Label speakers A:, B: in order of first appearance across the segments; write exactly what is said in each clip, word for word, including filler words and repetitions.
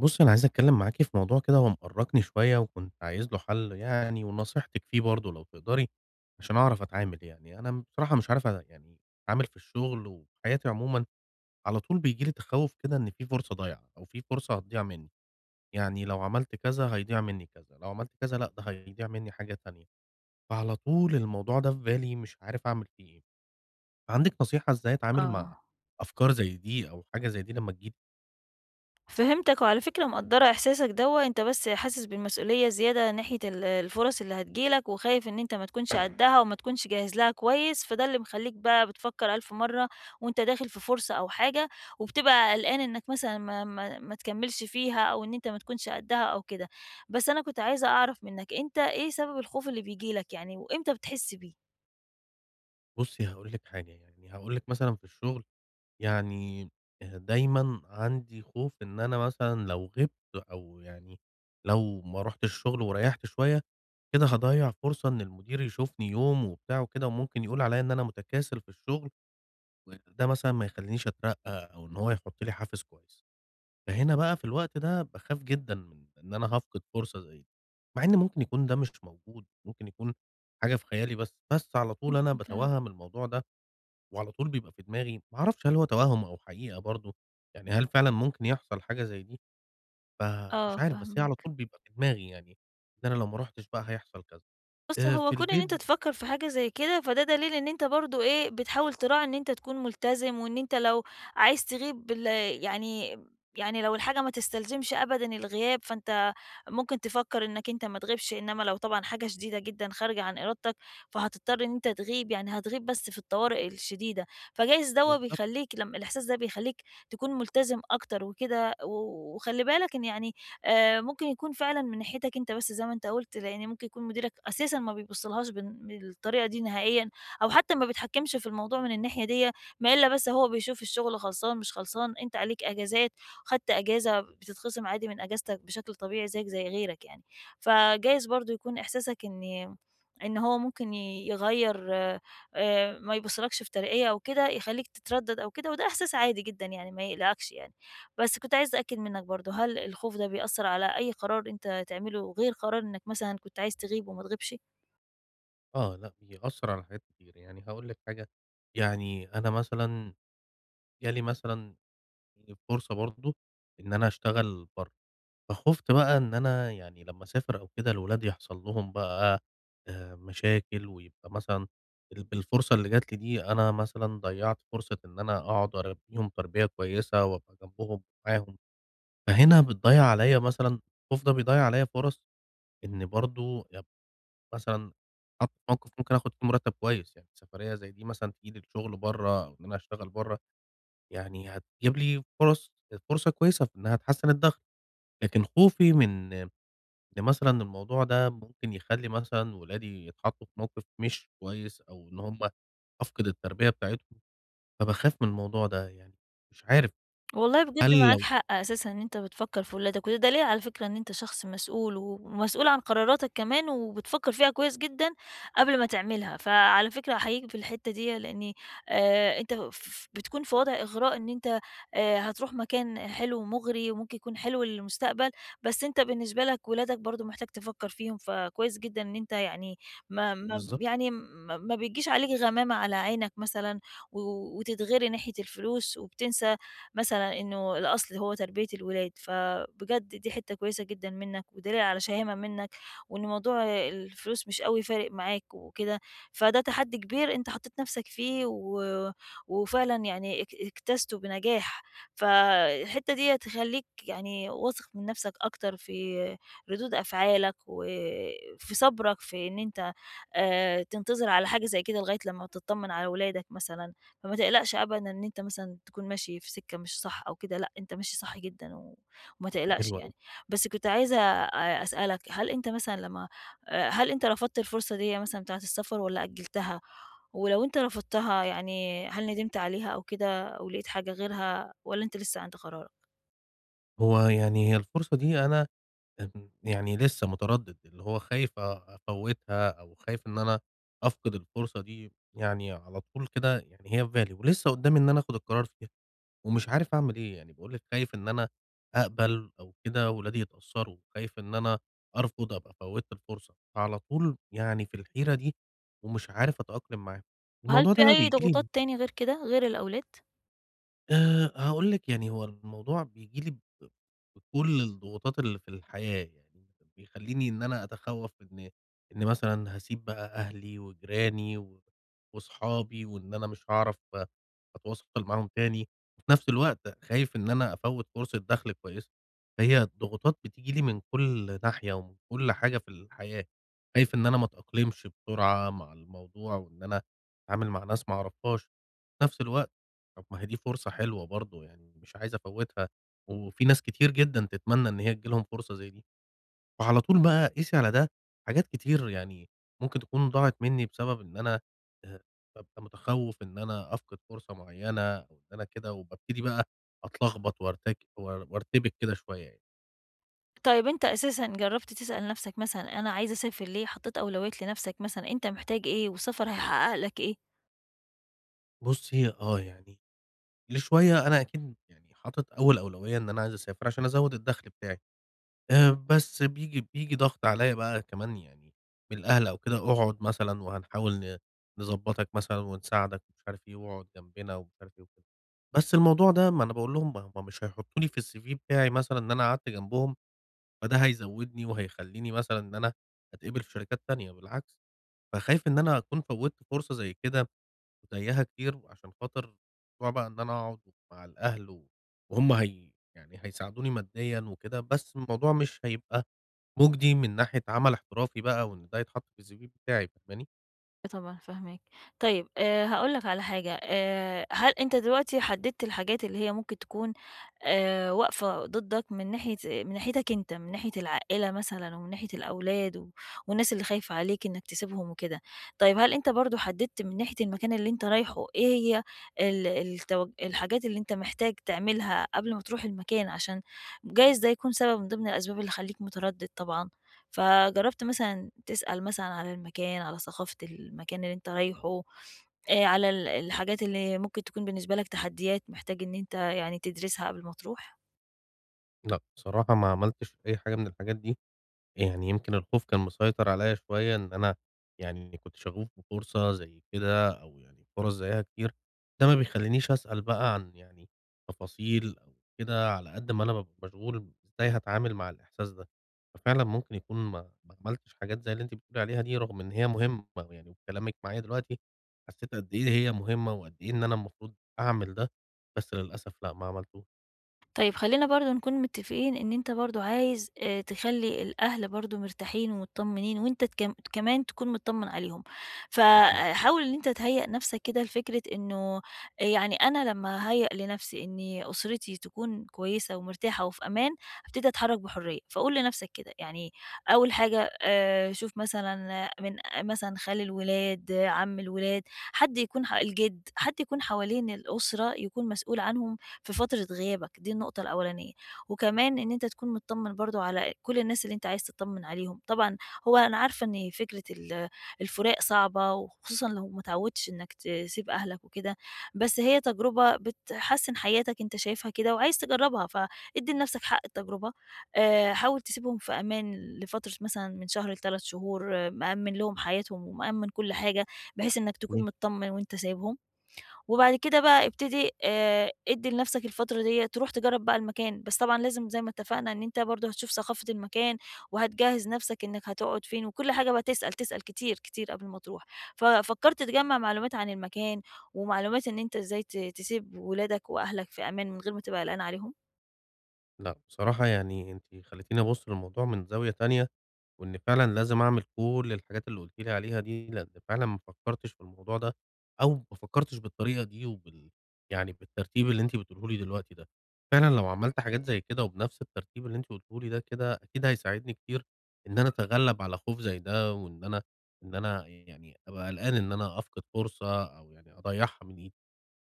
A: بُصّي، أنا عايز أتكلّم معاكِ في موضوع كده هو مأرّقني شوية وكنت عايز له حل يعني ونصيحتِك فيه برضه لو تقدري، عشان أعرف أتعامل يعني. أنا بصراحة مش عارف أ يعني أتعامل في الشغل وفي حياتي عمومًا، على طول بييجي لي تخوُّف كده إن في فرصة ضايعة أو في فرصة هتضيع منّي، يعني لو عملت كذا هيضيع منّي كذا، لو عملت كذا لأ، ده هيضيع منّي حاجة تانية، فعلى طول الموضوع ده في بالي مش عارف أعمل فيه إيه. عندِك نصيحة إزاي أتعامل مع
B: آه،
A: أفكار زي دي أو حاجة زي دي لمّا تيجي لي؟
B: فهمتك، وعلى فكرة مقدّرة إحساسك دوّة، أنت بس حاسس بالمسؤولية زيادة ناحية ال الفُرَص اللي هتيجي لك، وخايف إن أنت ما تكونش قدّها وما تكونش جاهز لها كويس، فده اللي مخلّيك بقى بتفكّر ألف مرّة وأنت داخل في فرصة أو حاجة، وبتبقى قلقان إنك مثلًا ما ما ما تكمّلش فيها أو إن أنت ما تكونش قدّها أو كده. بس أنا كنت عايزة أعرف منّك، أنت إيه سبب الخوف اللي بييجي لك يعني وإمتى بتحس بيه؟
A: بُصّي، هاقول لِك حاجة، يعني هاقول لِك مثلًا في الشغل يعني آآ دايمًا عندي خوف إن أنا مثلًا لو غِبت أو يعني لو ما رُحتش الشغل وريّحت شوية، كده هاضيّع فرصة إن المدير يشوفني يوم وبتاع وكده وممكن يقول عليّا إن أنا متكاسل في الشغل، و ده مثلًا ما يخلّينيش أترقّى أو إن هو يحُط لي حافز كويس. فهنا بقى في الوقت ده باخاف جدًا من إن أنا هافقد فرصة زي دي، مع إن ممكن يكون ده مش موجود، ممكن يكون حاجة في خيالي بس، بس على طول أنا
B: أنت
A: باتوهّم الموضوع ده وعلى طول بيبقى في دماغي، ما أعرفش هل هو توهُّم أو حقيقة برضه، يعني هل فعلًا ممكن يحصل حاجة زي دي؟ فمش
B: آه،
A: عارف، بس هي على
B: فاهماك.
A: طول بيبقى في دماغي يعني، إن أنا لو ما رُحتش بقى هيحصل كذا.
B: بُص،
A: آآ
B: هو
A: في
B: كون إن
A: البيت.
B: أنت تفكّر في حاجة زي كده، فده دليل إن أنت برضه إيه، بتحاول تراعي إن أنت تكون ملتزم، وإن أنت لو عايز تغيب بال يعني يعني لو الحاجة ما تستلزمش أبدًا الغياب، فأنت ممكن تفكّر إنك أنت ما تغيبش، إنما لو طبعًا حاجة شديدة جدًا خارجة عن إرادتك، فهتضطر إن أنت تغيب، يعني هتغيب بس في الطوارئ الشديدة، فجايز دوّة
A: بالضبط.
B: بيخلّيك لم الإحساس ده بيخلّيك تكون ملتزم أكتر وكده، و وخلّي بالك إن يعني آآ ممكن يكون فعلًا من ناحيتك أنت بس زي ما أنت قُلت، لإن ممكن يكون مديرك أساسًا ما بيبُصّلهاش بن بالطريقة دي نهائيًا، أو حتى ما بيتحكّمش في الموضوع من الناحية ديّة، ما إلا بس هو بيشوف الشغل خلصان مش خلصان، أنت عليك أجازات، خدت أجازة بتتخصم عادي من أجازتك بشكل طبيعي زيك زي غيرك يعني. فجايز برضه يكون إحساسك إن إن هو ممكن ي يغيّر آآ ما يبُصّلكش بترقية أو كده، يخلّيك تتردّد أو كده، وده إحساس عادي جدًا يعني ما يقلقكش يعني. بس كنت عايزة أتأكد منّك برضه، هل الخوف ده بيأثّر على أي قرار أنت تعمله غير قرار إنّك مثلًا كنت عايز تغيب وما تغيبش؟
A: آه، لأ بيأثّر على حاجات كتير، يعني هاقول لِك حاجة، يعني أنا مثلًا جه لي مثلًا فرصة برضه إن أنا أشتغل برّه. فخُفت بقى إن أنا يعني لمّا أسافر أو كده الولاد يحصل لهم بقى آآ مشاكل، ويبقى مثلًا ال بالفرصة اللي جات لي دي أنا مثلًا ضيّعت فرصة إن أنا أقعد أربّيهم تربية كويسة، وأبقى جنبهم ومعاهم، فهنا بتضيّع عليَّ مثلًا الخوف ده بيضيّع عليَّ فرص إن برضه أبقى مثلًا اتحط في موقف ممكن آخد فيه مرتب كويس، يعني سفرية زي دي مثلًا تيجي لي الشغل برّه، أو إن أنا أشتغل برّه، يعني هتجيب لي فرص فرصة كويسة في إنها تحسّن الدخل، لكن خوفي من إن مثلًا الموضوع ده ممكن يخلّي مثلًا ولادي يتحطّوا في موقف مش كويس أو إن هم أفقد التربية بتاعتهم، فباخاف من الموضوع ده يعني، مش عارف.
B: والله بجد
A: هل
B: معاك
A: لو
B: حق أساسًا إن أنت بتفكّر في ولادك، وده دليل على فكرة إن أنت شخص مسؤول، ومسؤول عن قراراتك كمان، وبتفكّر فيها كويس جدًا قبل ما تعملها، فعلى فكرة أحييك في الحتّة ديّة لإن آآ، أنت ف بتكون في وضع إغراء إن أنت آآ، هتروح مكان حلو ومغري، وممكن يكون حلو للمستقبل، بس أنت بالنسبة لك ولادك برضه محتاج تفكّر فيهم، فكويس جدًا إن أنت يعني ما ما
A: بالضبط،
B: يعني ما ما بيجيش عليك غمامة على عينك مثلًا، و وتتغري ناحية الفلوس، وبتنسى مثلًا إنه الأصل هو تربية الولاد، فبجد دي حتّة كويسة جدًا منّك، ودليل على شهامة منّك، وإن موضوع الفلوس مش أوي فارق معاك وكده، فده تحدّي كبير أنت حطّيت نَفْسك فيه و وفعلًا يعني اك اجتزته بنجاح، فالحتّة ديّة تخلّيك يعني واثق من نَفْسك أكتر في ردود أفعالك وفي صبرك في إن أنت آآ تنتظر على حاجة زي كده لغاية لمّا تطّمن على ولادك مثلًا. فما تقلقش أبدًا إن أنت مثلًا تكون ماشي في سكة مش صح أو كده، لأ، أنت ماشي صح جدًا و وما تقلقش
A: حلو أوي.
B: يعني. بس كنت عايزة أ أسألك، هل أنت مثلًا لمّا آآ، هل أنت رفضت الفرصة ديّة مثلًا بتاعة السفر والّا أجّلتها؟ ولو أنت رفضتها يعني هل ندمت عليها أو كده أو لقيت حاجة غيرها والّا أنت لسه عند قرارك؟
A: هو يعني هي الفرصة دي أنا امم، يعني لسه متردد، اللي هو خايف أ أفوّتها أو خايف إن أنا أفقد الفرصة دي، يعني على طول كده يعني هي في بالي ولسه قدّامي إن أنا آخد القرار فيها. ومش عارف أعمل إيه، يعني باقول لِك خايف إن أنا أقبل أو كده ولادي يتأثّروا، خايف إن أنا أرفض أبقى فوّتّ الفرصة، فعلى طول يعني في الحيرة دي ومش عارف أتأقلم معاها.
B: وهل
A: الموضوع ده
B: في
A: بقى
B: أي
A: بييجي
B: ضغوطات
A: لي.
B: تاني غير كده، غير الأولاد؟
A: آآ هاقول لِك يعني هو الموضوع بييجي لي ب بكل الضغوطات اللي في الحياة، يعني بيخلّيني إن أنا أتخوّف إن إن مثلًا هاسيب بقى أهلي وجيراني و وصحابي وإن أنا مش هاعرف أتواصل معاهم تاني، وفي نفس الوقت خايف إن أنا أفوّت فرصة دخل كويسة، فهي الضغوطات بتيجي لي من كل ناحية ومن كل حاجة في الحياة، خايف إن أنا ما أتأقلمش بسرعة مع الموضوع وإن أنا أتعامل مع ناس ما أعرفهاش، في نفس الوقت طب ما هي دي فرصة حلوة برضه، يعني مش عايز أفوّتها، وفي ناس كتير جدًا تتمنى إن هي تيجي لهم فرصة زي دي، وعلى طول بقى قيسي على ده حاجات كتير يعني ممكن تكون ضاعت منّي بسبب إن أنا آآ، بابقى متخوّف إن أنا أفقد فرصة معيّنة أو إن أنا كده، وبابتدي بقى أتلخبط وأرتك وار وارتبك كده شوية يعني.
B: طيب أنت أساسًا جرّبت تسأل نَفْسك مثلًا أنا عايز أسافر ليه، حطيت أولويات لنَفْسك مثلًا أنت محتاج إيه والسفر هيحقق لك إيه؟
A: بُصّي، آه يعني لشوية أنا أكيد يعني حاطط أول أولوية إن أنا عايز أسافر عشان أزوّد الدخل بتاعي. آآ بس بييجي بييجي ضغط عليّا بقى كمان يعني من الأهل أو كده، اقعد مثلًا وهنحاول ن نضبّطك مثلًا ونساعدك ومش عارف إيه واقعد جنبنا ومش عارف إيه وكده. بس الموضوع ده ما أنا باقول لهم ما هم مش هيحطّوا لي في الCV بتاعي مثلًا إن أنا قعدت جنبهم، فده هيزوّدني وهيخلّيني مثلًا إن أنا أتقبل في شركات تانية بالعكس، فخايف إن أنا أكون فوّتّ فرصة زي كده وتايهها كتير عشان خاطر موضوع بقى إن أنا أقعد مع الأهل و وهم هي يعني هيساعدوني ماديًا وكده، بس الموضوع مش هيبقى مُجدي من ناحية عمل احترافي بقى وإن ده يتحط في الCV بتاعي، فاهماني؟
B: آه طبعًا فاهماك. طيب آآ هاقول لك على حاجة، آآ هل أنت دلوقتي حددت الحاجات اللي هي ممكن تكون آآ واقفة ضدك من ناحية من ناحيتك أنت، من ناحية العائلة مثلًا ومن ناحية الأولاد و والناس اللي خايفة عليك إنك تسيبهم وكده. طيب هل أنت برضه حددت من ناحية المكان اللي أنت رايحه إيه هي ال التوج الحاجات اللي أنت محتاج تعملها قبل ما تروح المكان عشان جايز ده يكون سبب من ضمن الأسباب اللي تخلّيك متردد طبعًا؟ فجرّبت مثلًا تسأل مثلًا على المكان، على ثقافة المكان اللي أنت رايحه، آآ على ال الحاجات اللي ممكن تكون بالنسبة لك تحديات محتاج إن أنت يعني تدرسها قبل ما تروح؟
A: لأ، بصراحة ما عملتش أي حاجة من الحاجات دي، يعني يمكن الخوف كان مسيطر عليَّ شوية إن أنا يعني كنت شغوف بفرصة زي كده أو يعني فرص زيها كتير، ده ما بيخلّينيش أسأل بقى عن يعني تفاصيل أو كده على قد ما أنا بابقى مشغول إزاي هاتعامل مع الإحساس ده، ففعلًا ممكن يكون ما ما عملتش حاجات زي اللي أنتِ بتقولي عليها دي رغم إن هي مهمة يعني وبكلامِك معايا دلوقتي حسيت قد إيه هي مهمة وقد إيه إن أنا المفروض أعمل ده، بس للأسف لأ ما عملتوش.
B: طيب خلّينا برضه نكون متّفقين إن أنت برضه عايز آآ تخلّي الأهل برضه مرتاحين ومتطمنين وأنت تكم كمان تكون متطمن عليهم،
A: أكيد.
B: فحاول إن أنت تهيّأ نَفْسك كده لفكرة إنه آه، يعني أنا لمّا أهيّأ لنَفْسي إني أسرتي تكون كويسة ومرتاحة وفي أمان، هابتدي أتحرّك بحرية، فقُل لنَفْسك كده، يعني أول حاجة آآ شوف مثلًا آه، من آه، مثلًا خال الولاد، آه، عَم الولاد، حد يكون ح الجِد، حد يكون حوالين الأسرة يكون مسؤول عنهم في فترة غيابك، دي النقطة الأولانية، وكمان إن أنت تكون متطمن برضه على كل الناس اللي أنت عايز تتطمن عليهم، طبعًا هو أنا عارفة إن فكرة ال الفراق صعبة، وخصوصًا لو ما اتعودتش إنك تسيب أهلك وكده، بس هي تجربة بتحسّن حياتك أنت شايفها كده وعايز تجربها، فادّي لنفسك حق التجربة، آآ، حاول تسيبهم في أمان لفترة مثلًا من شهر لثلاثة شهور، آه، مأمن لهم حياتهم ومأمن كل حاجة، بحيث إنك تكون متطمن وأنت سايبهم. وبعد كده بقى ابتدي آآ ادّي لنفْسك الفترة ديّة تروح تجرّب بقى المكان، بس طبعًا لازم زي ما اتفقنا إن أنت برضه هتشوف ثقافة المكان، وهتجهّز نفْسك إنك هتقعد فين، وكل حاجة بقى تسأل، تسأل كتير، كتير قبل ما تروح. ففكّرت تجمّع معلومات عن المكان، ومعلومات إن أنت إزاي ت تسيب ولادك وأهلك في أمان من غير ما تبقى قلقان عليهم؟
A: لأ، بصراحة يعني أنتِ خلّيتيني أبُص للموضوع من زاوية تانية، وإن فعلًا لازم أعمل كل الحاجات اللي قُلتِ لي عليها دي، لإن فعلًا ما فكّرتش في الموضوع ده، أو ما فكّرتش بالطريقة دي وبال يعني بالترتيب اللي أنتِ بتقوله لي دلوقتي ده. فعلًا لو عملت حاجات زي كده وبنفس الترتيب اللي أنتِ قُلته لي ده كده، أكيد هيساعدني كتير إن أنا أتغلّب على خوف زي ده، وإن أنا إن أنا يعني أبقى قلقان إن أنا أفقد فرصة أو يعني أضيّعها من إيدي.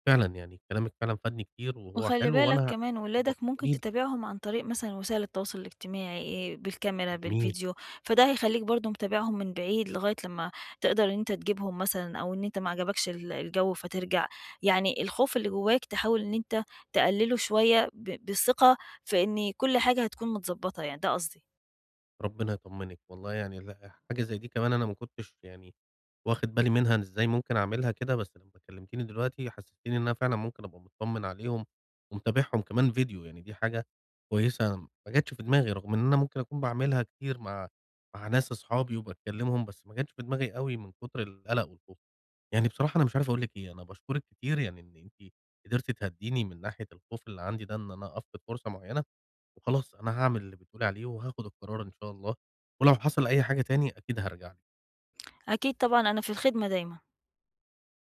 A: فعلًا يعني كلامِك فعلًا فادني كتير وهو
B: وخلّي
A: حلو،
B: بالك
A: وأنا
B: كمان
A: هاطبّقه.
B: ولادك ممكن
A: قولي لي.
B: تتابعهم عن طريق مثلًا وسائل التواصل الاجتماعي، إيه، بالكاميرا،
A: جميل.
B: بالفيديو، فده هيخلّيك برضه متابعهم من بعيد لغاية لمّا تقدر إن أنت تجيبهم مثلًا أو إن أنت ما عجبكش ال الجو فترجع، يعني الخوف اللي جواك تحاول إن أنت تقلّله شوية ب بالثقة في إن كل حاجة هتكون متضبّطة يعني، ده قصدي.
A: ربنا يطمّنِك، والله يعني لأ حاجة زي دي كمان أنا ما كنتش يعني واخد بالي منها إن إزاي ممكن أعملها كده، بس لمّا كلّمتيني دلوقتي حسّستيني إن أنا فعلًا ممكن أبقى متطمّن عليهم ومتابعهم كمان فيديو، يعني دي حاجة كويسة أنا ما جاتش في دماغي، رغم إن أنا ممكن أكون باعملها كتير مع مع ناس أصحابي وباكلّمهم، بس ما جاتش في دماغي أوي من كتر القلق والخوف. يعني بصراحة أنا مش عارف أقول لِك إيه، أنا باشكرِك كتير يعني إن أنتِ قدرتِ تهدّيني من ناحية الخوف اللي عندي ده إن أنا أفقد فرصة معيّنة، وخلاص أنا هاعمل اللي بتقولي عليه وهاخد القرار إن شاء الله، ولو حصل أي حاجة تاني أكيد هارجع لِك.
B: أكيد طبعًا أنا في الخدمة دايمًا.